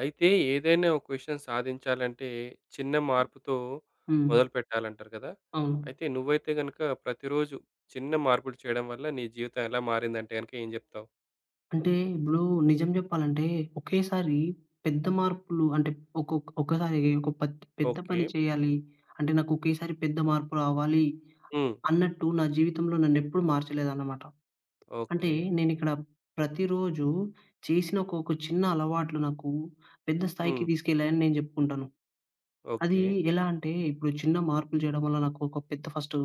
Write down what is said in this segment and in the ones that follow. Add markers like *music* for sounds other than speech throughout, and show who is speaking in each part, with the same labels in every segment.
Speaker 1: అయితే ఏదైనా ఒక విషయం సాధించాలంటే చిన్న మార్పుతో
Speaker 2: హ్మ్.
Speaker 1: మొదలుపెట్టాలంటారు కదా!
Speaker 2: అవును.
Speaker 1: అయితే నువ్వైతే గనుక ప్రతిరోజు చిన్న మార్పులు చేయడం వల్ల నీ జీవితం ఎలా మారిందంటే గనుక ఏం జెప్తావు?
Speaker 2: అంటే ఇప్పుడు నిజం జెప్పాలంటే ఒకేసారి పెద్ద మార్పులు అంటే ఒక్కసారి ఒక పెద్ద
Speaker 1: ఓకే.
Speaker 2: పని చేయాలి. అంటే నాకు ఒకేసారి పెద్ద మార్పు రావాలి
Speaker 1: హ్మ్.
Speaker 2: అన్నట్టు నా జీవితంలో నన్నెప్పుడు మార్చలేదన్నమాట. అంటే
Speaker 1: ఓకే.
Speaker 2: నేనిక్కడ ప్రతిరోజు చేసిన ఒక ఒక చిన్న అలవాట్లు నాకు పెద్ద స్థాయికి
Speaker 1: హ్మ్.
Speaker 2: తీసుకెళ్ళాయని నేను జెప్పుకుంటాను. అది
Speaker 1: ఓకే.
Speaker 2: ఎలా అంటే ఇప్పుడు చిన్న మార్పులు జేయడం వల్ల నాకు ఒక పెద్ద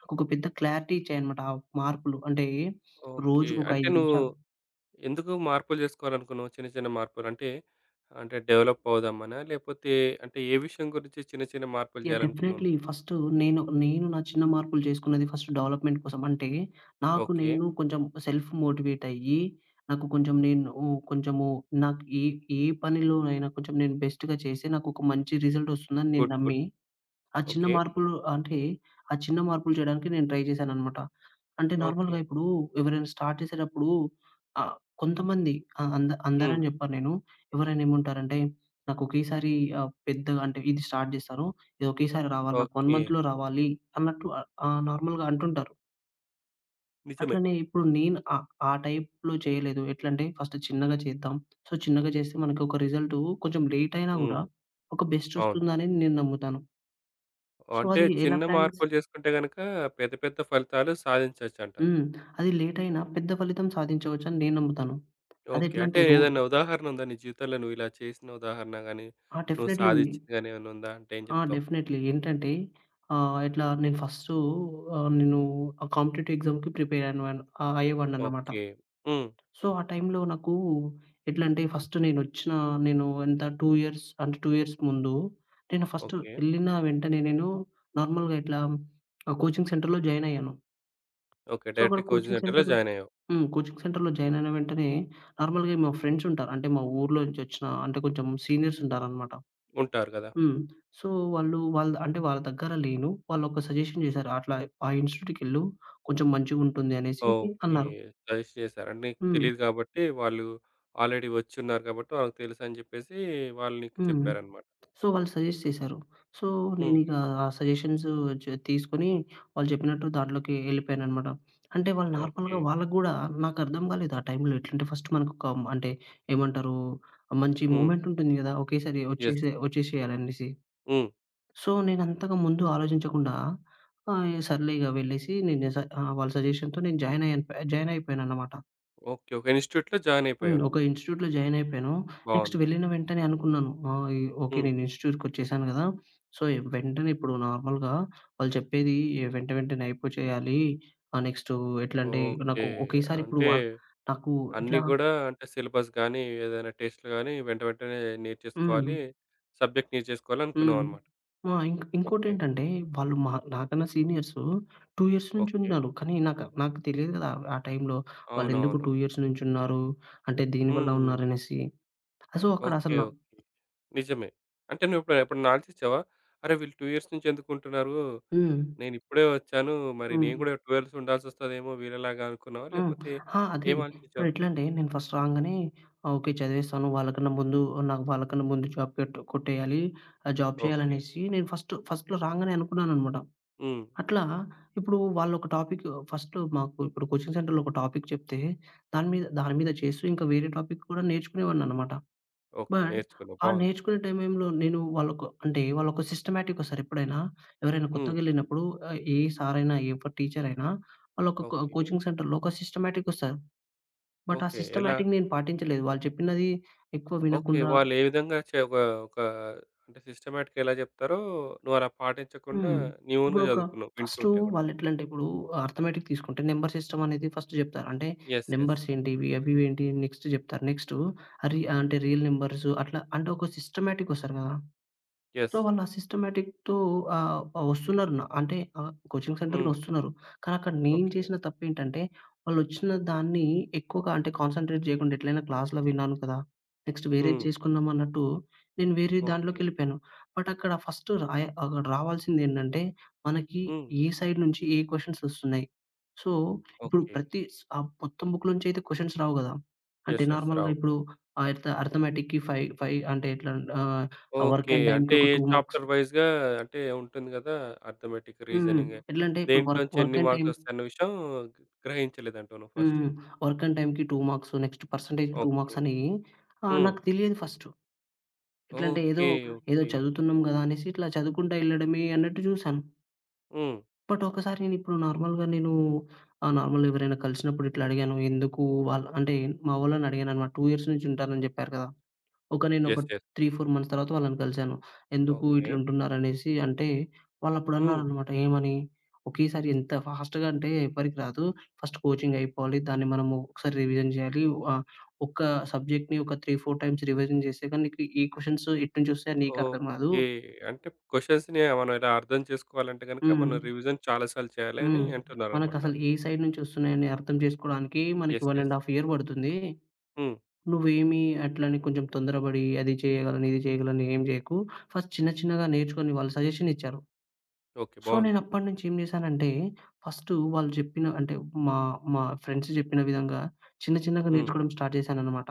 Speaker 2: నాకొక పెద్ద క్లారిటీ ఇచ్చాయన్నమాట ఆ మార్పులు. అంటే
Speaker 1: ఓకే.
Speaker 2: రోజుకొక
Speaker 1: అంటే
Speaker 2: 5
Speaker 1: నువ్వు
Speaker 2: నిమిషాలు
Speaker 1: ఎందుకు మార్పులు జేసుకోవాలనుకున్నావు? చిన్న చిన్న మార్పులు అంటే, అంటే డెవలప్ అవుదామనా? లేపోతే అంటే ఏ విషయం గురించి చిన్న చిన్న మార్పులు
Speaker 2: యాహ్!
Speaker 1: జేయాలనుకున్నావు
Speaker 2: డెఫినైట్‌లీ.
Speaker 1: నువ్వు?
Speaker 2: ఫస్ట్ నేను నా చిన్న మార్పులు చేసుకున్నది ఫస్ట్ డెవలప్‌మెంట్ కోసం. అంటే నాకు
Speaker 1: ఓకే.
Speaker 2: నేను కొంచెం సెల్ఫ్ మోటివేట్ అయ్యి, నాకు కొంచెం నేను కొంచెము నాకు ఏ ఏ పనిలోనైనా కొంచెం నేను బెస్ట్‌గా చేసి నాకు ఒక మంచి రిజల్ట్ వస్తుందని నేను
Speaker 1: గుడ్. గుడ్.
Speaker 2: నమ్మి ఆ చిన్న
Speaker 1: ఓకే.
Speaker 2: మార్పులు అంటే, ఆ చిన్న మార్పులు చేయడానికి నేను ట్రై చేశాననమాట. అంటే
Speaker 1: ఓకే.
Speaker 2: నార్మల్‌గా ఇప్పుడు ఎవరైనా స్టార్ట్ చేసేటప్పుడు ఆహ్, కొంతమంది
Speaker 1: హ్మ్.
Speaker 2: అందరని చెప్పను నేను. ఎవరైనా ఏమంటారంటే, నాకు ఒకేసారి పెద్దగా అంటే ఇది స్టార్ట్ చేస్తాను. ఇది ఒకేసారి రావాలి. నాకు 1
Speaker 1: ఓకే.
Speaker 2: మంత్‌లో రావాలి అన్నట్టు ఆహ్, ఆహ్, నార్మల్‌గా అంటుంటారు.
Speaker 1: నిజమే.
Speaker 2: అట్లనే ఇప్పుడు నేను ఆ టైప్‌లో చేయలేదు. ఎట్లంటే ఫస్ట్ చిన్నగా చేద్దాం. సో, చిన్నగా చేస్తే మనకి ఒక రిజల్ట్ కొంచెం లేట్ అయినా
Speaker 1: హ్మ్.
Speaker 2: కూడా ఒక బెస్ట్
Speaker 1: అవును.
Speaker 2: వస్తుందని నేను నమ్ముతాను. సో,
Speaker 1: అంటే
Speaker 2: అది ఎలా
Speaker 1: చిన్న
Speaker 2: ప్లాన్ చేస్
Speaker 1: మార్పులు చేసుకుంటే గనక పెద్ద పెద్ద ఫలితాలు సాధించొచ్చంటారు.
Speaker 2: హ్మ్. అది లేట్ అయినా పెద్ద ఫలితం సాధించవచ్చని నేను నమ్ముతాను.
Speaker 1: ఓకే. అంటే
Speaker 2: అదెట్లంటే రో
Speaker 1: ఏదైనా ఉదాహరణ ఉందా నీ జీవితంలో నువ్వు ఇలా చేసిన ఉదాహరణ గాని,
Speaker 2: ఆ!
Speaker 1: నువ్వు
Speaker 2: డెఫినైట్‌లీ ఉంది.
Speaker 1: సాధిచ్చింది గాని ఏమైనా ఉందా? అంటే ఏం
Speaker 2: ఆ!
Speaker 1: చెప్తావు?
Speaker 2: డెఫినైట్‌లీ. ఏంటంటే ఇట్లా నేను నేను ఆ కాంపిటేటివ్ ఎగ్జామ్‌కి అయ్యేవాడినన్నమాట.
Speaker 1: ఓకే. హ్మ్.
Speaker 2: సో, ఆ టైంలో నాకు ఎట్లంటే ఫస్ట్ నేను ఎంత 2 ఇయర్స్ అంటే 2 ఇయర్స్ ముందు నేను ఫస్ట్
Speaker 1: ఓకే.
Speaker 2: ఎళ్ళిన వెంటనే నేను నార్మల్‌గా ఇట్లా కోచింగ్ సెంటర్‌లో జాయిన్ అయ్యాను.
Speaker 1: ఓకే.
Speaker 2: సో, అక్కడ
Speaker 1: డైరెక్ట్‌గా కోచింగ్
Speaker 2: కోచింగ్
Speaker 1: సెంటర్‌లో
Speaker 2: సెంటర్‌లో
Speaker 1: జాయిన్ అయ్యావు.
Speaker 2: హ్మ్. కోచింగ్ సెంటర్‌లో జాయిన్ అయిన వెంటనే నార్మల్‌గా మా ఫ్రెండ్స్ ఉంటారు. అంటే మా ఊర్లో నుంచి వచ్చిన అంటే కొంచెం సీనియర్స్ ఉంటారనమాట.
Speaker 1: ఉంటారు కదా!
Speaker 2: హ్మ్. సో, వాళ్ళు వాళ్ళ అంటే వాళ్ళ దగ్గర లేను. వాళ్ళొక సజెషన్ చేశారు. అట్లా ఆ ఇన్‌స్టిట్యూట్‌కెళ్ళు కొంచెం మంచిగుంటుంది అనేసి
Speaker 1: ఓకే.
Speaker 2: అన్నారు.
Speaker 1: సజెస్ట్ చేశారు. అంటే నీకు
Speaker 2: హ్మ్.
Speaker 1: తెలీదు కాబట్టి వాళ్ళు ఆల్రెడీ వచ్చున్నారు కాబట్టి వాళ్ళకి తెలుసని చెప్పేసి వాళ్ళు నీకు
Speaker 2: హ్మ్.
Speaker 1: చెప్పారన్నమాట.
Speaker 2: సో, వాళ్ళు సజెస్ట్ చేశారు. సో,
Speaker 1: హ్మ్.
Speaker 2: నేనిక ఆ సజెషన్స్ తీసుకొని వాళ్ళు చెప్పినట్టు దాంట్లోకి ఎళ్ళిపోయాననమాట. అంటే వాళ్ళు
Speaker 1: ఓకే.
Speaker 2: నార్మల్‌గా వాళ్ళకి గూడా నాకర్థం కాలేదు ఆ టైంలో ఎట్లంటే ఫస్ట్ మనకొక అంటే ఏమంటారు మంచి
Speaker 1: హ్మ్.
Speaker 2: మూమెంట్ ఉంటుంది గదా! ఒకేసారి
Speaker 1: యెస్.
Speaker 2: వచ్చేసేయాలనేసి.
Speaker 1: హ్మ్.
Speaker 2: సో, నేనంతగా ముందు ఆలోచించకుండా సర్లే ఇగ వెళ్ళేసి వాళ్ళ సజెషన్‌తో నేను జాయిన్ అయ్యాను జాయిన్ అయిపోయాననమాట.
Speaker 1: ఓకే. ఒక ఇన్‌స్టిట్యూట్‌లో జాయిన్
Speaker 2: హ్మ్.
Speaker 1: అయిపోయావు నువ్వు.
Speaker 2: ఒక ఇన్‌స్టిట్యూట్‌లో జాయిన్ అయిపోయాను. నెక్స్ట్
Speaker 1: బావుంది.
Speaker 2: వెళ్ళిన వెంటనే అనుకున్నాను. ఈ ఓకే.
Speaker 1: హ్మ్.
Speaker 2: నేను ఇన్‌స్టిట్యూట్‌కొచ్చేసాను గదా! సో, వెంటనే ఇప్పుడు నార్మల్‌గా వాళ్ళు చెప్పేది వెంటనే అయిపోచేయాలి. నెక్స్టు ఎట్లంటే
Speaker 1: ఓకే.
Speaker 2: నాకు ఒకేసారి ఇప్పుడు
Speaker 1: అంటే
Speaker 2: వ నాకు
Speaker 1: అన్నీ
Speaker 2: ఎట్లా
Speaker 1: గూడా అంటే సిలబస్ గానీ, ఏదైనా టెస్ట్‌లు గానీ వెంట వెంటనే
Speaker 2: హ్మ్.
Speaker 1: నేర్చేసుకోవాలి. సబ్జెక్ట్ నేర్చేసుకోవాలి
Speaker 2: హ్మ్.
Speaker 1: అనుకున్నావన్నమాట.
Speaker 2: ఆ!
Speaker 1: ఓకే.
Speaker 2: ఇంకోటేంటంటే వాళ్ళు మా నాకన్నా సీనియర్సు 2 ఇయర్స్ నుంచి
Speaker 1: ఓకే.
Speaker 2: ఉన్నారు. కానీ నాకు నాకు తెలియదు గదా! ఆ టైంలో వాళ్ళెందుకు
Speaker 1: అవునవును.
Speaker 2: 2 ఇయర్స్ నుంచి ఉన్నారు? అంటే దేనివల్ల
Speaker 1: హ్మ్.
Speaker 2: ఉన్నారనేసి. సో, అక్కడ
Speaker 1: ఓకే.
Speaker 2: అసలు నా
Speaker 1: ఓకే. నిజమే. అంటే నువ్విప్పుడు ఎప్పుడన్నా ఆలోచించావా? అరే! వీళ్ళు 2 ఇయర్స్ నుంచి ఎందుకుంటున్నారు?
Speaker 2: హ్మ్.
Speaker 1: నేనిప్పుడే వచ్చాను. మరి నేను
Speaker 2: హ్మ్.
Speaker 1: గూడా 2 ఇయర్స్ ఉండాల్సొస్తదేమో వీళ్ళలాగా అనుకున్నావా?
Speaker 2: హ్మ్.
Speaker 1: లేపోతే
Speaker 2: ఆ! అదే.
Speaker 1: ఏం ఆలోచించావు?
Speaker 2: ఇప్పుడెట్లంటే నేను ఫస్ట్ రాంగానే ఓకే. చదివేస్తాను. వాళ్ళకన్నా ముందు నాకు వాళ్ళకన్నా ముందు జాబ్ కొట్టేయాలి. ఆ జాబ్
Speaker 1: ఓకే.
Speaker 2: చేయాలనేసి నేను ఫస్ట్ ఫస్ట్‌లో రాంగానే అనుకున్నాననమాట.
Speaker 1: హ్మ్.
Speaker 2: అట్లా ఇప్పుడు వాళ్ళొక టాపిక్ ఫస్ట్‌లో మాకు ఇప్పుడు కోచింగ్ సెంటర్‌లో ఒక టాపిక్ చెప్తే దాని మీద చేస్తూ ఇంకా వేరే టాపిక్ కూడా నేర్చుకునేవాడిననమాట.
Speaker 1: ఓకే.
Speaker 2: బట్
Speaker 1: నేర్చుకున్నావు.
Speaker 2: ఆ
Speaker 1: బావుంది.
Speaker 2: నేర్చుకునే టైంలో నేను వాళ్ళొక సిస్టమాటిక్‌గా సారెప్పుడైనా ఎవరైనా
Speaker 1: హ్మ్.
Speaker 2: కొత్తగెళ్ళినప్పుడు ఏ సారైనా, ఏ టీచరైనా వాళ్ళొక
Speaker 1: ఓకే.
Speaker 2: కోచింగ్ సెంటర్‌లో ఒక సిస్టమాటిక్‌గా వస్తారు. బట్ ఆ
Speaker 1: ఓకే. ఎలా?
Speaker 2: సిస్టమాటిక్ నేను పాటించలేదు. వాళ్ళు చెప్పినది ఎక్కువ
Speaker 1: ఓకే.
Speaker 2: వినకుండా
Speaker 1: వాళ్ళు ఏ విధంగా చే ఒక ఒక అంటే సిస్టమాటిక్‌గా ఎలా చెప్తారో, నువ్వు అలా పాటించకుండా
Speaker 2: హ్మ్.
Speaker 1: నీ ఓన్‌గా
Speaker 2: ఇప్పుడొక
Speaker 1: చదువుకున్నావు
Speaker 2: ఫస్టు
Speaker 1: వింటుంటే కూడా.
Speaker 2: వాళ్ళెట్లంటే ఇప్పుడు అర్థమెటిక్ తీసుకుంటే నంబర్ సిస్టమ్ అనేది ఫస్ట్ జెప్తారు. అంటే
Speaker 1: యెస్. యెస్.
Speaker 2: నంబర్స్ ఏంటి ఇవి ఏంటి నెక్స్ట్ జెప్తారు. నెక్స్టు ఆహ్, రి అంటే రియల్ నంబర్స్ అట్లా అంటే ఒక సిస్టమాటిక్ ఒస్తారు గదా! So,
Speaker 1: yes.
Speaker 2: వాళ్ళు ఆ సిస్టమాటిక్‌తో ఆహ్, ఆహ్, వస్తున్నారు. కోచింగ్ సెంటర్‌లో
Speaker 1: హ్మ్.
Speaker 2: వస్తున్నారు. కానీ అక్కడ నేను
Speaker 1: ఓకే.
Speaker 2: చేసిన తప్పేంటంటే, వాళ్ళొచ్చిన దాన్ని ఎక్కువగా అంటే కాన్సంట్రేట్ చేయకుండా ఎట్లైనా క్లాస్‌లో విన్నాను కదా! నెక్స్ట్ వేరేది
Speaker 1: హ్మ్.
Speaker 2: చేసుకుందాం అన్నట్టు నేను వేరే
Speaker 1: ఓకే.
Speaker 2: దాంట్లోకెళ్ళిపోయాను. బట్ అక్కడ ఫస్ట్ అక్కడ రావాల్సిందేంటంటే, మనకి
Speaker 1: హ్మ్.
Speaker 2: ఏ సైడ్ నుంచి ఏ క్వెషన్స్ వస్తున్నాయి. సో, ఇప్పుడు
Speaker 1: ఓకే.
Speaker 2: మొత్తం బుక్ నుంచి అయితే క్వెషన్స్ రావు కదా! అంటే
Speaker 1: యెస్. యెస్.
Speaker 2: నార్మల్‌గా
Speaker 1: రావు.
Speaker 2: ఇప్పుడు ఆహ్, అర్థ అర్థమెటిక్‌కి ఫైవ్, ఫైవ్ అంటే ఎట్లా ఆహ్ ఆ వర్క్
Speaker 1: ఓకే.
Speaker 2: అండ్
Speaker 1: అంటే
Speaker 2: టైమ్‌కి ఒక
Speaker 1: ఏ
Speaker 2: 2 మార్క్స్.
Speaker 1: చాప్టర్ వైస్‌గా అంటే ఉంటుంది కదా! అర్థమెటిక్,
Speaker 2: హ్మ్.
Speaker 1: రీజనింగ్
Speaker 2: ఎట్లంటే ఇప్పుడు వర్క్
Speaker 1: దేంట్లోంచి
Speaker 2: వర్క్
Speaker 1: ఎన్ని
Speaker 2: అండ్
Speaker 1: మార్క్స్
Speaker 2: టైమ్
Speaker 1: వస్తాయన్న విషయం గ్రహించలేదంటావు నువ్వు ఫస్టే.
Speaker 2: హ్మ్. వర్క్ అండ్ టైమ్‌కి 2 మార్క్స్, నెక్స్ట్ పర్సెంటేజ్‌కి 2
Speaker 1: ఓకే.
Speaker 2: మార్క్స్ అని
Speaker 1: హ్మ్.
Speaker 2: నాకు తెలియదు ఫస్టు. ఎట్లంటే ఏదో,
Speaker 1: ఓకే.
Speaker 2: ఏదో
Speaker 1: ఓకే.
Speaker 2: చదువుతున్నాం గదా! అనేసి ఇట్లా చదువుకుంటా ఎళ్ళడమే అన్నట్టు చూసాను.
Speaker 1: హ్మ్.
Speaker 2: బట్ ఒకసారి నేనిప్పుడు నార్మల్‌గా నేను నార్మల్‌గా ఎవరైనా కలిసినప్పుడు ఇట్లా అడిగాను. ఎందుకు వాళ్ళ అంటే మా వాళ్ళని అడిగాననమాట. 2 ఇయర్స్ నుంచి ఉంటానని జెప్పారు కదా! ఒక నేనొక
Speaker 1: యెస్.
Speaker 2: 3,
Speaker 1: యెస్.
Speaker 2: 4 మంత్స్ తర్వాత వాళ్ళని కలిసాను. ఎందుకు
Speaker 1: ఓకే.
Speaker 2: ఇట్లుంటున్నారనేసి అంటే
Speaker 1: హ్మ్.
Speaker 2: వాళ్ళప్పుడన్నారనమాట. ఏమని? ఒకేసారి ఎంత ఫాస్ట్‌గా అంటే ఎవ్వరికి రాదు. ఫస్ట్ కోచింగ్ అయిపోవాలి. దాన్ని మనము ఒకసారి రివిజన్ చేయాలి. ఆహ్, ఒక్క సబ్జెక్ట్‌ని ఒక 3, 4 టైమ్స్ రివిజన్ చేస్తే గాని నీకు ఈ క్వెషన్స్ ఎటు నుంచి వస్తాయో నీకు అర్థం కాదు.
Speaker 1: ఓకే. అంటే క్వెషన్స్‌ని మనం ఇలా అర్థం చేసుకోవాలంటే గనుక మనం
Speaker 2: హ్మ్.
Speaker 1: రివిజన్ చాలా సార్లు చేయాలి అని
Speaker 2: హ్మ్.
Speaker 1: అంటున్నారనమాట.
Speaker 2: మనకసలు ఏ సైడ్ నుంచి వస్తున్నాయని అర్థం చేసుకోవడానికి మనకి
Speaker 1: యెస్. యెస్.
Speaker 2: 1 ½ ఇయర్ పడుతుంది.
Speaker 1: హ్మ్.
Speaker 2: నువ్వేమి అట్లని కొంచెం తొందరబడి అది చేయగలను, ఇది చేయగలను ఏం చేయకు. ఫస్ట్ చిన్న చిన్నగా నేర్చుకొని వాళ్ళు సజెషన్ ఇచ్చారు.
Speaker 1: ఓకే.
Speaker 2: సో,
Speaker 1: బావుంది.
Speaker 2: నేనప్పటి నుంచి ఏం చేశానంటే ఫస్టు వాళ్ళు చెప్పిన అంటే మా మా ఫ్రెండ్స్ చెప్పిన విధంగా చిన్న చిన్నగా
Speaker 1: హ్మ్.
Speaker 2: నేర్చుకోవడం స్టార్ట్ చేశాననమాట.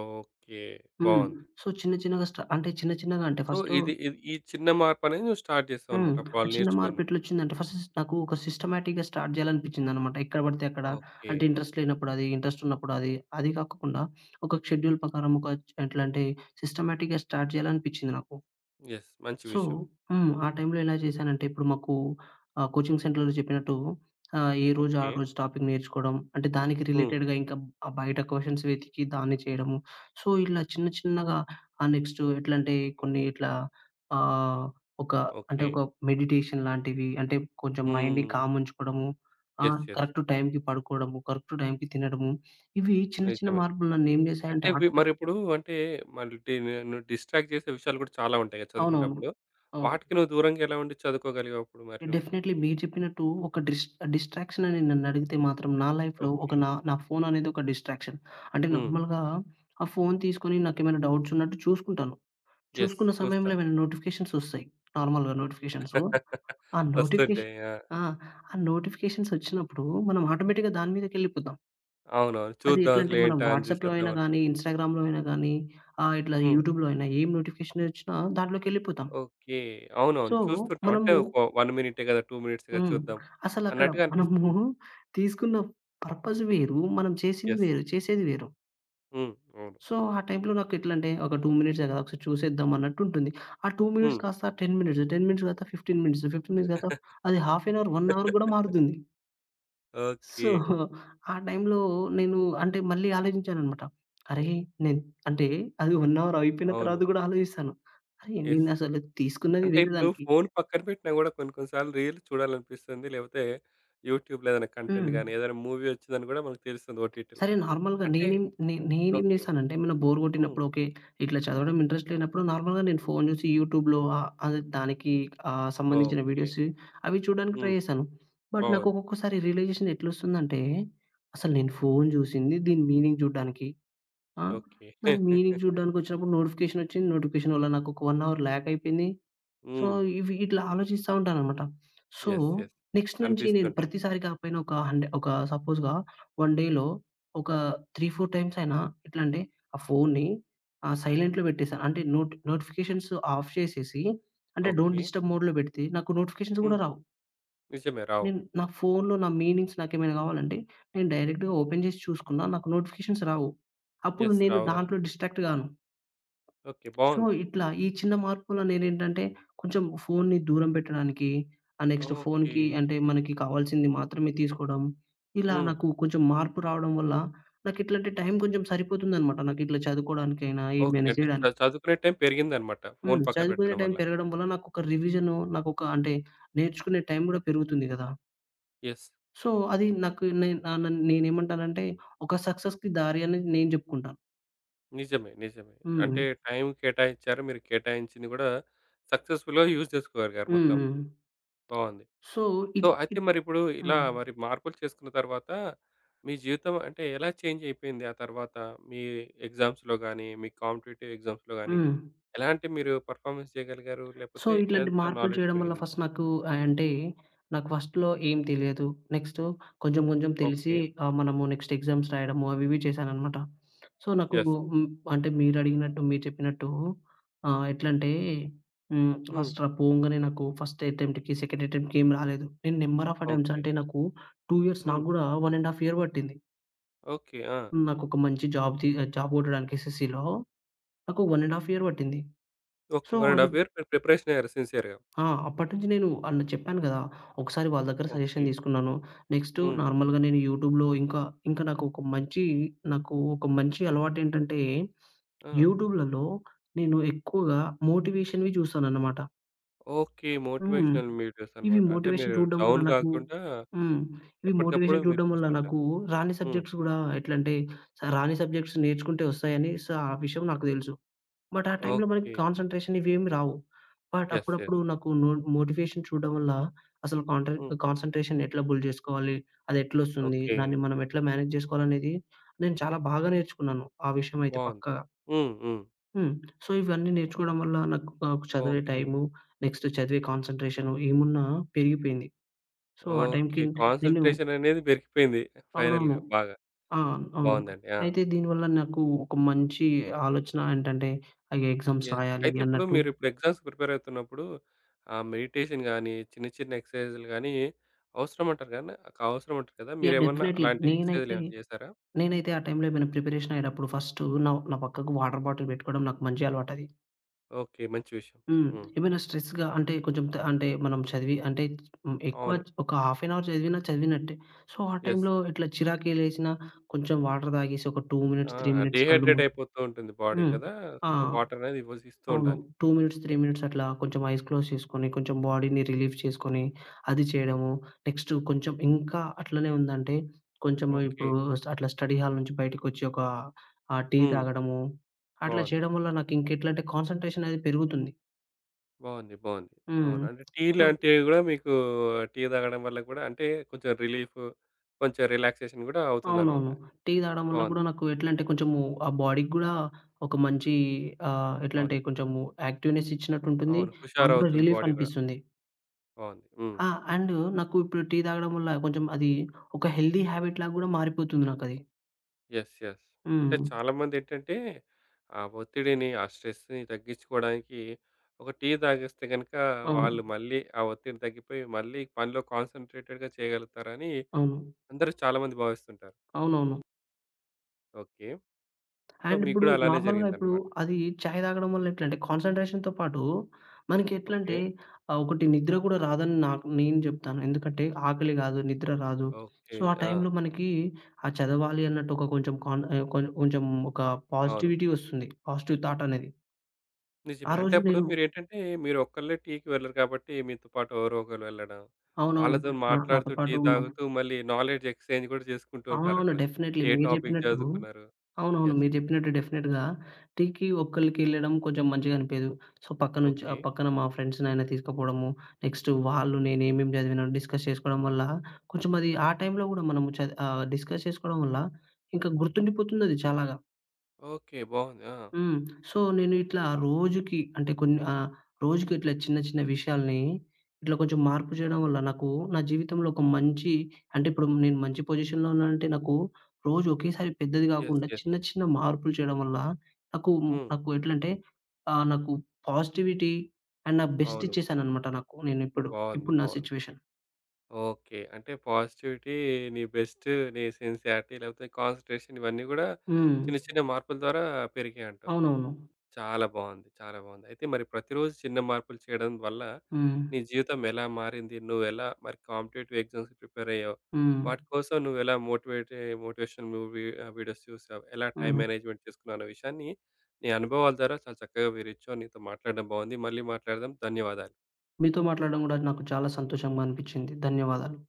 Speaker 1: ఓకే.
Speaker 2: హ్మ్.
Speaker 1: బావుంది.
Speaker 2: సో, చిన్న చిన్నగా అంటే
Speaker 1: సో,
Speaker 2: ఫస్టు
Speaker 1: ఇది ఇది ఈ చిన్న మార్పనేది నువ్వు స్టార్ట్
Speaker 2: హ్మ్.
Speaker 1: చేసావనమాట.
Speaker 2: ఆ
Speaker 1: వాళ్ళు
Speaker 2: చిన్న
Speaker 1: నేర్చుకొని నువ్వు.
Speaker 2: మార్పెట్లొచ్చిందంటే ఫస్ట్ నాకు ఒక సిస్టమాటిక్‌గా స్టార్ట్ జేయాలనిపించిందనమాట. ఎక్కడ పడితే అక్కడ
Speaker 1: ఓకే.
Speaker 2: అంటే ఇంట్రెస్ట్ లేనప్పుడు అది, ఇంట్రెస్ట్ ఉన్నప్పుడు అది. అది కాకుండా ఒక షెడ్యూల్ ప్రకారం ఒక ఎట్లంటే సిస్టమాటిక్‌గా స్టార్ట్ జేయాలనిపించింది నాకు.
Speaker 1: యెస్. మంచి
Speaker 2: సో
Speaker 1: విషయం.
Speaker 2: హ్మ్. ఆ టైంలో ఎలా చేశానంటే, ఇప్పుడు మాకు కోచింగ్ సెంటర్‌లో చెప్పినట్టు ఏ రోజు ఆ
Speaker 1: ఓకే.
Speaker 2: రోజు టాపిక్ నేర్చుకోవడం. అంటే దానికి
Speaker 1: హ్మ్.
Speaker 2: రిలేటెడ్‌గా ఇంకా బయట క్వెషన్స్ వెతికి దాన్ని చేయడము. సో, ఇలా చిన్న చిన్నగా నెక్స్ట్ ఎట్లంటే కొన్ని ఇట్లా ఆహ్, ఒక అంటే
Speaker 1: ఓకే.
Speaker 2: ఒక మెడిటేషన్ లాంటివి అంటే కొంచెం మైండ్‌ని
Speaker 1: హ్మ్.
Speaker 2: కామ్ ఉంచుకోవడము. ఆ!
Speaker 1: యెస్. యెస్.
Speaker 2: కరెక్ట్ టైంకి పడుకోవడము, కరెక్ట్ టైంకి తినడము. ఇవి చిన్న చిన్న
Speaker 1: నిజమే.
Speaker 2: మార్పులు నన్ను ఏం
Speaker 1: అయితే
Speaker 2: చేశాయంటే
Speaker 1: వి
Speaker 2: ఆటోమేటిక్
Speaker 1: మరిప్పుడు అంటే మల్టీ నిన్ను డిస్ట్రాక్ట్ చేసే విషయాలు కూడా చాలా ఉంటాయి కదా!
Speaker 2: అవునవును.
Speaker 1: చదువుకునేటప్పుడు.
Speaker 2: అవును.
Speaker 1: వాటికి నువ్వు దూరంగా ఎలా ఉండి చదువుకోగలిగావు అప్పుడు మరి నువ్వు?
Speaker 2: డెఫినైట్‌లీ మీరు చెప్పినట్టు ఒక డిస్ట్రాక్షన్ అని నన్నడిగితే మాత్రం నా లైఫ్‌లో
Speaker 1: ఓకే.
Speaker 2: ఒక నా నా ఫోన్ అనేది ఒక డిస్ట్రాక్షన్. అంటే
Speaker 1: హ్మ్.
Speaker 2: నార్మల్‌గా ఆ ఫోన్ తీసుకొని నాకేమైనా డౌట్స్ ఉన్నట్టు చూసుకుంటాను.
Speaker 1: యెస్.
Speaker 2: చూసుకున్న
Speaker 1: చూస్తా.
Speaker 2: సమయంలో ఏమైనా నోటిఫికేషన్స్ ఒస్తాయి. నార్మల్‌గా నోటిఫికేషన్స్.
Speaker 1: *laughs*
Speaker 2: ఆ
Speaker 1: వస్తుంటాయి.
Speaker 2: నోటిఫికేషన్
Speaker 1: ఆ!
Speaker 2: ఆ! ఆ నోటిఫికేషన్స్ ఒచ్చినప్పుడు మనం ఆటోమేటిక్‌గా దాని మీదకెళ్ళిపోతాం.
Speaker 1: అవునవును.
Speaker 2: అది
Speaker 1: చూద్దాం
Speaker 2: ఎట్లంటే మనం
Speaker 1: అసలేంటా అని
Speaker 2: వాట్సాప్‌లో
Speaker 1: చూసేద్దాం
Speaker 2: అయినా గానీ,
Speaker 1: అనుకుంటా.
Speaker 2: ఇన్‌స్టాగ్రామ్‌లో అయినా గానీ, ఇట్లా
Speaker 1: హ్మ్.
Speaker 2: యూట్యూబ్‌లో అయినా ఏం నోటిఫికేషన్ ఒచ్చినా దాంట్లోకెళ్ళిపోతాం.
Speaker 1: ఓకే. అవునవును.
Speaker 2: సో,
Speaker 1: చూస్తుంటాం. అంటే ఒక
Speaker 2: మనము
Speaker 1: 1 మినిటే కదా! 2 మినిట్స్ కదా!
Speaker 2: హ్మ్.
Speaker 1: చూద్దాం
Speaker 2: అసలక్కడ
Speaker 1: అన్నట్టుగా
Speaker 2: మనము
Speaker 1: అనిపిస్తుంది.
Speaker 2: తీసుకున్న పర్పస్ వేరు. మనం చేసింది
Speaker 1: యెస్.
Speaker 2: వేరు. చేసేది వేరు.
Speaker 1: హ్మ్. అవును.
Speaker 2: సో, ఆ టైంలో నాకెట్లంటే ఒక 2 మినిట్సే కదా! ఒకసారి చూసేద్దాం అన్నట్టుంటుంది. ఆ 2 మినిట్స్
Speaker 1: హ్మ్.
Speaker 2: కాస్త 10 మినిట్స్, 10 మినిట్స్ కాస్త 15 మినిట్స్, 15 మినిట్స్ కాస్త అది హాఫ్ ఎన్ అవర్, 1 అవర్ గూడా
Speaker 1: *laughs*
Speaker 2: మారుతుంది.
Speaker 1: ఓకే.
Speaker 2: సో, ఆ టైంలో నేను అంటే మళ్ళీ ఆలోచించాననమాట. అరే! నేను అంటే అది 1 అవర్ అయిపోయిన తర్వాత
Speaker 1: అవును.
Speaker 2: గూడా ఆలోచిస్తాను. అరే!
Speaker 1: యెస్.
Speaker 2: నేనసలు తీసుకున్నది
Speaker 1: అంటే
Speaker 2: వేరే
Speaker 1: ఇప్పుడు
Speaker 2: దానికి
Speaker 1: ఫోన్ పక్కన పెట్టినా కూడా కొన్ని కొన్ని సార్లు రీల్స్ చూడాలనిపిస్తుంది. లేకపోతే యూట్యూబ్‌లో ఏదైనా కంటెంట్
Speaker 2: హ్మ్.
Speaker 1: గాని, ఏదైనా మూవీ వచ్చిందని కూడా మనకు తెలుస్తుంది ఓటీటీలో.
Speaker 2: సరే నార్మల్‌గా
Speaker 1: అంటే
Speaker 2: నేనేం
Speaker 1: ఓకే.
Speaker 2: జేశానంటే, ఏమైనా బోర్
Speaker 1: హ్మ్.
Speaker 2: గొట్టినప్పుడు ఓకే. ఇట్లా చదవడం ఇంట్రెస్ట్ లేనప్పుడు నార్మల్‌గా నేను ఫోను జూసి యూట్యూబ్‌లో సంబంధించిన
Speaker 1: ఓకే.
Speaker 2: వీడియోస్ అవి చూడడానికి ట్రై
Speaker 1: హ్మ్.
Speaker 2: జేశాను. బట్ నాకు
Speaker 1: బావుంది.
Speaker 2: ఒక్కొక్కసారి రియలైజేషన్ ఎట్లొస్తుందంటే, అసలు నేను ఫోను జూసింది దీని మీనింగ్ జూడ్డానికి. ఆ!
Speaker 1: ఓకే.
Speaker 2: దాని మీనింగ్
Speaker 1: *laughs*
Speaker 2: జూడ్డానికొచ్చినప్పుడు నోటిఫికేషన్ ఒచ్చింది. నోటిఫికేషన్ వల్ల నాకు ఒక 1 అవర్ ల్యాగ్ అయిపోయింది. సో,
Speaker 1: హ్మ్.
Speaker 2: ఇవి ఇట్లా ఆలోచిస్తా ఉంటాననమాట. So,
Speaker 1: yes. యెస్.
Speaker 2: నెక్స్ట్ నుంచి నేను
Speaker 1: అనిపిస్తుంటుంది.
Speaker 2: ప్రతిసారి కాకపోయినా ఒక సపోజ్‌గా 1 డేలో ఒక 3, 4 టైమ్స్ అయినా ఎట్లా అంటే ఆ ఫోన్‌ని సైలెంట్‌లో పెట్టేసాను. అంటే నోటిఫికేషన్స్ ఆఫ్ చేసేసి అంటే డోంట్
Speaker 1: ఓకే.
Speaker 2: డిస్టర్బ్ మోడ్‌లో పెడితే నాకు నోటిఫికేషన్స్ గూడా
Speaker 1: హ్మ్.
Speaker 2: రావు.
Speaker 1: నిజమే రావు.
Speaker 2: నేను నా ఫోన్‌లో నా మీనింగ్స్ నాకేమైనా కావాలంటే నేను డైరెక్ట్‌గా ఓపెన్ చేసి చూసుకున్నా నాకు నోటిఫికేషన్స్ రావు. అప్పుడు
Speaker 1: యెస్.
Speaker 2: నేను
Speaker 1: రావు గదా!
Speaker 2: దాంట్లో డిస్ట్రాక్ట్ గాను.
Speaker 1: ఓకే.
Speaker 2: సో,
Speaker 1: బావుంది.
Speaker 2: ఇట్లా ఈ చిన్న మార్పుల నేనేంటంటే, కొంచెం ఫోన్ని దూరం పెట్టడానికి, నెక్స్ట్
Speaker 1: ఓకే.
Speaker 2: ఫోన్‌కి అంటే మనకి కావాల్సింది మాత్రమే తీసుకోవడం. ఇలా
Speaker 1: హ్మ్.
Speaker 2: నాకు కొంచెం మార్పు రావడం వల్ల, నాకిట్లాంటి టైం కొంచెం సరిపోతుందనమాట. నాకిట్లా చదువుకోవడానికైనా,
Speaker 1: ఓకే.
Speaker 2: ఏమైనా
Speaker 1: అంటే చ
Speaker 2: చేయడానికి.
Speaker 1: చదువుకునే టైం పెరిగిందన్నమాట.
Speaker 2: హ్మ్.
Speaker 1: ఫోను పక్కన
Speaker 2: చదువుకునే
Speaker 1: పెట్టడం
Speaker 2: టైం
Speaker 1: వల్ల.
Speaker 2: పెరగడం వల్ల నాకొక రివిజను, నాకొక అంటే నేర్చుకునే టైం గూడా పెరుగుతుంది గదా!
Speaker 1: యెస్.
Speaker 2: సో, అది నాకు నేను ఆహ్, నన్ నేనేమంటానంటే, ఒక సక్సెస్‌కి దారి అని నేను జెప్పుకుంటాను.
Speaker 1: నిజమే. నిజమే.
Speaker 2: హ్మ్.
Speaker 1: అంటే టైం కేటాయించారు. మీరు కేటాయించింది గూడా సక్సెస్‌ఫుల్‌గా యూజ్ చేసుకోగలిగారు
Speaker 2: హ్మ్.
Speaker 1: మొత్తం.
Speaker 2: హ్మ్.
Speaker 1: బావుంది.
Speaker 2: సో,
Speaker 1: సో,
Speaker 2: ఇట్
Speaker 1: అయితే
Speaker 2: ఇట్
Speaker 1: మరిప్పుడు ఇలా
Speaker 2: హ్మ్.
Speaker 1: మరి మార్పులు చేసుకున్న తర్వాత మీ జీవితం అంటే ఎలా చేంజ్ అయిపోయింది? ఆ తర్వాత మీ ఎగ్జామ్స్‌లో గాని, మీ కాంపిటీటివ్ ఎగ్జామ్స్‌లో గాని
Speaker 2: హ్మ్.
Speaker 1: ఎలాంటి మీరు పర్ఫార్మన్స్ చేయగలిగారు?
Speaker 2: సో,
Speaker 1: లేపోతే
Speaker 2: ఇట్లాంటి
Speaker 1: ఎంత
Speaker 2: మార్పులు
Speaker 1: నాలెడ్జ్
Speaker 2: చేయడం వల్ల
Speaker 1: పెరిగింది?
Speaker 2: ఫస్ట్ నాకు అంటే నాకు ఫస్ట్‌లో ఏం తెలియదు. నెక్స్ట్ కొంచెం కొంచెం తెలిసి
Speaker 1: ఓకే.
Speaker 2: మనము నెక్స్ట్ ఎగ్జామ్స్ రాయడము అవి ఇవి చేశాననమాట. సో, నాకు
Speaker 1: యెస్.
Speaker 2: హ్మ్. అంటే మీరడిగినట్టు మీరు చెప్పినట్టు ఎట్లంటే హ్మ్.
Speaker 1: హ్మ్.
Speaker 2: ఫస్ట్ పోంగానే నాకు ఫస్ట్ అటెంప్ట్‌కి, సెకండ్ అటెంప్ట్‌కి ఏం రాలేదు. నేను నంబర్ ఆఫ్ అటెంప్ట్స్
Speaker 1: ఓకే.
Speaker 2: అంటే నాకు 2 ఇయర్స్
Speaker 1: హ్మ్.
Speaker 2: నాకు గూడా 1 ½ ఇయర్ పట్టింది.
Speaker 1: ఓకే. ఆ!
Speaker 2: నాకొక మంచి జాబ్ గొట్టడానికి ఎస్ఎస్‌సిలో నాకు 1 ½ ఇయర్ పట్టింది.
Speaker 1: ఓకే.
Speaker 2: సో,
Speaker 1: 1
Speaker 2: అది
Speaker 1: ½ ఇయర్ మీరు ప్రిపరేషన్ అయ్యారు సిన్సియర్‌గా.
Speaker 2: ఆ! అప్పటినుంచి నేను అన్ చెప్పాను గదా! ఒకసారి వాళ్ళ దగ్గర
Speaker 1: ఓకే.
Speaker 2: సజెషన్ తీసుకున్నాను. నెక్స్ట్
Speaker 1: హ్మ్.
Speaker 2: నార్మల్‌గా నేను యూట్యూబ్‌లో ఇంకా, ఇంకా నాకు ఒక మంచి నాకు ఒక మంచి అలవాటేంటంటే,
Speaker 1: ఆ!
Speaker 2: యూట్యూబ్‌లలో నేను ఎక్కువగా మోటివేషన్‌వి చూస్తానన్నమాట.
Speaker 1: ఓకే.
Speaker 2: హ్మ్.
Speaker 1: మోటివేషనల్ వీడియోస్
Speaker 2: ఇవి
Speaker 1: అన్నమాట. అంటే
Speaker 2: మోటివేషన్
Speaker 1: మీరు
Speaker 2: చూడడం వల్ల
Speaker 1: డౌన్
Speaker 2: నాకు
Speaker 1: గాకుండా
Speaker 2: హ్మ్. ఇవి
Speaker 1: ఎప్పటికప్పుడు
Speaker 2: మోటివేషన్
Speaker 1: మీరు
Speaker 2: చూడడం వల్ల
Speaker 1: చూస్తుంటారు.
Speaker 2: నాకు రాని
Speaker 1: హ్మ్.
Speaker 2: సబ్జెక్ట్స్ గూడా ఎట్లంటే, రాని సబ్జెక్ట్స్ నేర్చుకుంటే వస్తాయని ఆ విషయం నాకు తెలుసు. బట్ ఆ టైంలో మనకి
Speaker 1: ఓకే.
Speaker 2: కాన్సంట్రేషన్ ఇవేమి రావు. But
Speaker 1: yes. యెస్.
Speaker 2: అప్పుడప్పుడు నాకు మోటివేషన్ చూడడం వల్ల అసలు
Speaker 1: హ్మ్.
Speaker 2: కాన్సంట్రేషన్ ఎట్లా బిల్డ్ జేసుకోవాలి? అదెట్లొస్తుంది?
Speaker 1: ఓకే.
Speaker 2: దాన్ని మనం ఎట్లా మేనేజ్ జేసుకోవాలనేది నేను చాలా బాగా నేర్చుకున్నాను. ఆ విషయం అయితే
Speaker 1: బావుంది.
Speaker 2: పక్కాగా.
Speaker 1: హ్మ్. హ్మ్.
Speaker 2: హ్మ్. సో, ఇవన్నీ నేర్చుకోవడం వల్ల నాకు నాకు చదివే
Speaker 1: ఓకే.
Speaker 2: టైము, నెక్స్ట్ చదివే కాన్సంట్రేషన్ ఏమున్నా పెరిగిపోయింది. సో, ఆ
Speaker 1: ఓకే.
Speaker 2: టైంకి నేను
Speaker 1: కాన్సంట్రేషన్ అనేది పెరిగిపోయింది
Speaker 2: అవునవును.
Speaker 1: ఫైనల్‌గా బాగా.
Speaker 2: ఆ! అవును.
Speaker 1: బావుందండి. ఆ!
Speaker 2: అయితే దీనివల్ల నాకు ఒక మంచి ఆలోచన ఏంటంటే, అయ్యో! Exams
Speaker 1: yes.
Speaker 2: రాయాలి
Speaker 1: అయితే ఇప్పుడు
Speaker 2: అన్నట్టు
Speaker 1: మీరిప్పుడు ఎగ్జామ్స్‌కి ప్రిపేర్ అవుతున్నప్పుడు మెడిటేషన్ గాని, చిన్న చిన్న ఎక్సర్‌సైజులు గాని అవసరం అంటారు గాని అవసరం అంటారు కదా!
Speaker 2: యాహ్!
Speaker 1: మీరేమన్నా
Speaker 2: డెఫినైట్‌లీ.
Speaker 1: అలాంటి ఎక్సర్‌సైజులు
Speaker 2: నేనైతే,
Speaker 1: ఏమైనా చేశారా?
Speaker 2: నేనైతే ఆ టైంలో ఏమైనా ప్రిపరేషన్ అయ్యేటప్పుడు ఫస్టు నా నా పక్కకు వాటర్ బాటిల్ పెట్టుకోవడం నాకు మంచి అలవాటది.
Speaker 1: ఓకే. మంచి విషయం.
Speaker 2: హ్మ్.
Speaker 1: హ్మ్.
Speaker 2: ఏమైనా స్ట్రెస్‌గా అంటే కొంచెం త అంటే మనం చదివి అంటే హ్మ్, ఎక్కువ
Speaker 1: అవును.
Speaker 2: ఒక హాఫ్ ఎన్ అవర్ చదివినా చదివినట్టే. సో, ఆ
Speaker 1: యెస్.
Speaker 2: టైంలో ఇట్లా చిరాకేలేసినా కొంచెం వాటర్ తాగేసి ఒక 2 మినిట్స్,
Speaker 1: ఆ!
Speaker 2: 3 మినిట్స్ కళ్ళు
Speaker 1: డీహైడ్రేట్
Speaker 2: మూసి
Speaker 1: అయిపోతూ ఉంటుంది బాడీ
Speaker 2: హ్మ్.
Speaker 1: కదా!
Speaker 2: ఆ!
Speaker 1: సో, వాటర్ అనేది ఇవ్వ ఇస్తూ
Speaker 2: అవును.
Speaker 1: ఉండాలి.
Speaker 2: 2 మినిట్స్, 3 మినిట్స్ అట్లా కొంచెం ఐస్ క్లోజ్ చేసుకొని, కొంచెం బాడీని రిలీఫ్ చేసుకొని, అది చేయడము. నెక్స్ట్ కొంచెం ఇంకా అట్లనే ఉందంటే, కొంచెం
Speaker 1: ఓకే.
Speaker 2: ఇప్పుడు అట్లా స్టడీ హాల్ నుంచి బయటకొచ్చి ఒక టీ
Speaker 1: హ్మ్.
Speaker 2: తాగడము. అట్లా
Speaker 1: బావుంది.
Speaker 2: చేయడం వల్ల నాకు ఇంకెట్లంటే కాన్సంట్రేషన్ అనేది పెరుగుతుంది.
Speaker 1: బావుంది. బావుంది.
Speaker 2: హ్మ్.
Speaker 1: అవును. అంటే టీ
Speaker 2: సో
Speaker 1: లాంటివి గూడా మీకు టీ తాగడం వల్ల కూడా అంటే కొంచెం రిలీఫ్, కొంచెం రిలాక్సేషన్ గూడా అవుతుందన్నమాట.
Speaker 2: అవునవును. టీ తాగడం వల్ల కూడా
Speaker 1: బావుంది.
Speaker 2: నాకు ఎట్లంటే కొంచెము ఆ బాడీకి గూడా ఒక మంచి
Speaker 1: అవును.
Speaker 2: ఎట్లంటే కొంచెము యాక్టివ్‌నెస్ ఇచ్చినట్టుంటుంది.
Speaker 1: అవును.
Speaker 2: నాకు గూడా
Speaker 1: హుషారవుతుంది
Speaker 2: రిలీఫ్
Speaker 1: బాడీ గూడా.
Speaker 2: అనిపిస్తుంది.
Speaker 1: బావుంది. హ్మ్.
Speaker 2: ఆ! అండ్ నాకు ఇప్పుడు టీ తాగడం వల్ల కొంచెం అది ఒక హెల్తీ హ్యాబిట్ లాగా గూడా మారిపోతుంది నాకది.
Speaker 1: యెస్. యెస్. అంటే
Speaker 2: హ్మ్.
Speaker 1: చాలామందేంటంటే, ఆ ఒత్తిడిని, ఆ స్ట్రెస్‌ని తగ్గించుకోవడానికి ఒక టీ తాగేస్తే గనక
Speaker 2: అవును.
Speaker 1: వాళ్ళు మళ్ళీ ఆ ఒత్తిడి తగ్గిపోయి, మళ్ళీ పనిలో కాన్సంట్రేటెడ్‌గా చేయగలుగుతారని
Speaker 2: అవును.
Speaker 1: అందరూ చాలామంది భావిస్తుంటారు.
Speaker 2: అవునవును.
Speaker 1: ఓకే. సో,
Speaker 2: అండ్
Speaker 1: మీకు
Speaker 2: ఇప్పుడు
Speaker 1: కూడా అలానే
Speaker 2: నార్మల్‌గా ఇప్పుడు
Speaker 1: జరిగిందన్నమాట.
Speaker 2: అది చాయ్ తాగడం వల్ల ఎట్లంటే కాన్సంట్రేషన్‌తో పాటు మనకి
Speaker 1: ఓకే.
Speaker 2: ఎట్లంటే ఒకటి నిద్ర కూడా రాదని నాకు నేను చెప్తాను. ఎందుకంటే ఆకలి కాదు, నిద్ర రాదు.
Speaker 1: ఓకే.
Speaker 2: సో, ఆ
Speaker 1: ఆ!
Speaker 2: టైంలో మనకి ఆ చదవాలి అన్నట్టు ఒక కొంచెం కాన్ ఆహ్, కొం కొంచెం ఒక
Speaker 1: అవును.
Speaker 2: పాజిటివిటీ వస్తుంది. పాజిటివ్ థాట్ అనేది. ఆ
Speaker 1: నిజమే. అంటే
Speaker 2: రోజు
Speaker 1: అప్పుడు
Speaker 2: నేను
Speaker 1: మీరేంటంటే, మీరు ఒక్కళ్ళే టీకి వెళ్ళరు కాబట్టి, మీతో పాటు ఎవరో ఒకరు వెళ్ళడం,
Speaker 2: అవునవును.
Speaker 1: వాళ్ళతోని
Speaker 2: నా నాతో
Speaker 1: మాట్లాడుతూ, టీ
Speaker 2: పాటు మా
Speaker 1: తాగుతూ, మళ్ళీ నాలెడ్జ్ ఎక్స్‌చేంజ్ కూడా చేసుకుంటూ
Speaker 2: అవునవును.
Speaker 1: ఉంటారక్కడ.
Speaker 2: డెఫినైట్‌లీ.
Speaker 1: ఏ
Speaker 2: మీరు
Speaker 1: టాపిక్
Speaker 2: జెప్పినట్టు
Speaker 1: చదువుకున్నారు?
Speaker 2: అవునవును.
Speaker 1: యెస్.
Speaker 2: మీరు జెప్పినట్టు డెఫినెట్‌గా టీకి ఒక్కళ్ళకెళ్ళడం కొంచెం మంచిగా అనిపియదు. So,
Speaker 1: okay.
Speaker 2: పక్కన మా ఫ్రెండ్స్‌నైనా తీసుకపోవడము, నెక్స్ట్ వాళ్ళు నేనేమేమి చదివినా డిస్కస్ చేసుకోవడం వల్ల కొంచెం అది ఆ టైంలో గూడా మనము డిస్కస్ చేసుకోవడం వల్ల ఇంకా గుర్తుండిపోతుందది చాలా.
Speaker 1: ఓకే. బావుంది. ఆ!
Speaker 2: హ్మ్. సో, నేను ఇట్లా రోజుకి అంటే కొన్ని రోజుకి ఇట్లా చిన్న చిన్న విషయాల్ని ఇట్లా కొంచెం మార్పు చేయడం వల్ల నాకు నా జీవితంలో ఒక మంచి అంటే ఇప్పుడు నేను మంచి పొజిషన్‌లో ఉన్నానంటే నాకు రోజు ఒకేసారి పెద్దది
Speaker 1: యెస్.
Speaker 2: గాకుండా
Speaker 1: యెస్.
Speaker 2: చిన్న చిన్న మార్పులు చేయడం వల్ల నాకు
Speaker 1: హ్మ్.
Speaker 2: నాకు ఎట్లంటే నాకు పాజిటివిటీ అండ్ నా బెస్ట్
Speaker 1: అవును.
Speaker 2: ఇచ్చేసాననమాట నాకు నేనిప్పుడు. ఇప్పుడు
Speaker 1: బావుంది.
Speaker 2: ఇప్పుడు నా
Speaker 1: బావుంది.
Speaker 2: సిట్యుయేషన్.
Speaker 1: ఓకే. అంటే పాజిటివిటీ, నీ బెస్ట్, నీ సిన్సియారిటీ లేకపోతే కాన్సంట్రేషన్ ఇవన్నీ గూడా
Speaker 2: హ్మ్.
Speaker 1: చిన్న చిన్న మార్పుల ద్వారా పెరిగాయంటావు.
Speaker 2: అవునవును.
Speaker 1: చాలా బాగుంది. చాలా బాగుంది. అయితే మరి ప్రతిరోజు చిన్న మార్పులు చేయడం వల్ల
Speaker 2: హ్మ్.
Speaker 1: నీ జీవితం ఎలా మారింది? నువ్వెలా మరి కాంపిటేటివ్ ఎగ్జామ్స్‌కి ప్రిపేర్ అయ్యావు?
Speaker 2: హ్మ్.
Speaker 1: వాటి కోసం నువ్వెలా మోటివేట్ మోటివేషనల్ మూవీ వీడియోస్ చూసావు? ఎలా టైమ్
Speaker 2: హ్మ్.
Speaker 1: మేనేజ్‌మెంట్ చేసుకున్నావు అన్న విషయాన్ని నీ అనుభవాల ద్వారా చాలా చక్కగా వివరించావు. నీతో మాట్లాడడం బాగుంది. మళ్ళీ మాట్లాడదాం. ధన్యవాదాలు.
Speaker 2: మీతో మాట్లాడడం గూడా నాకు చాలా సంతోషంగా అనిపిచ్చింది. ధన్యవాదాలు.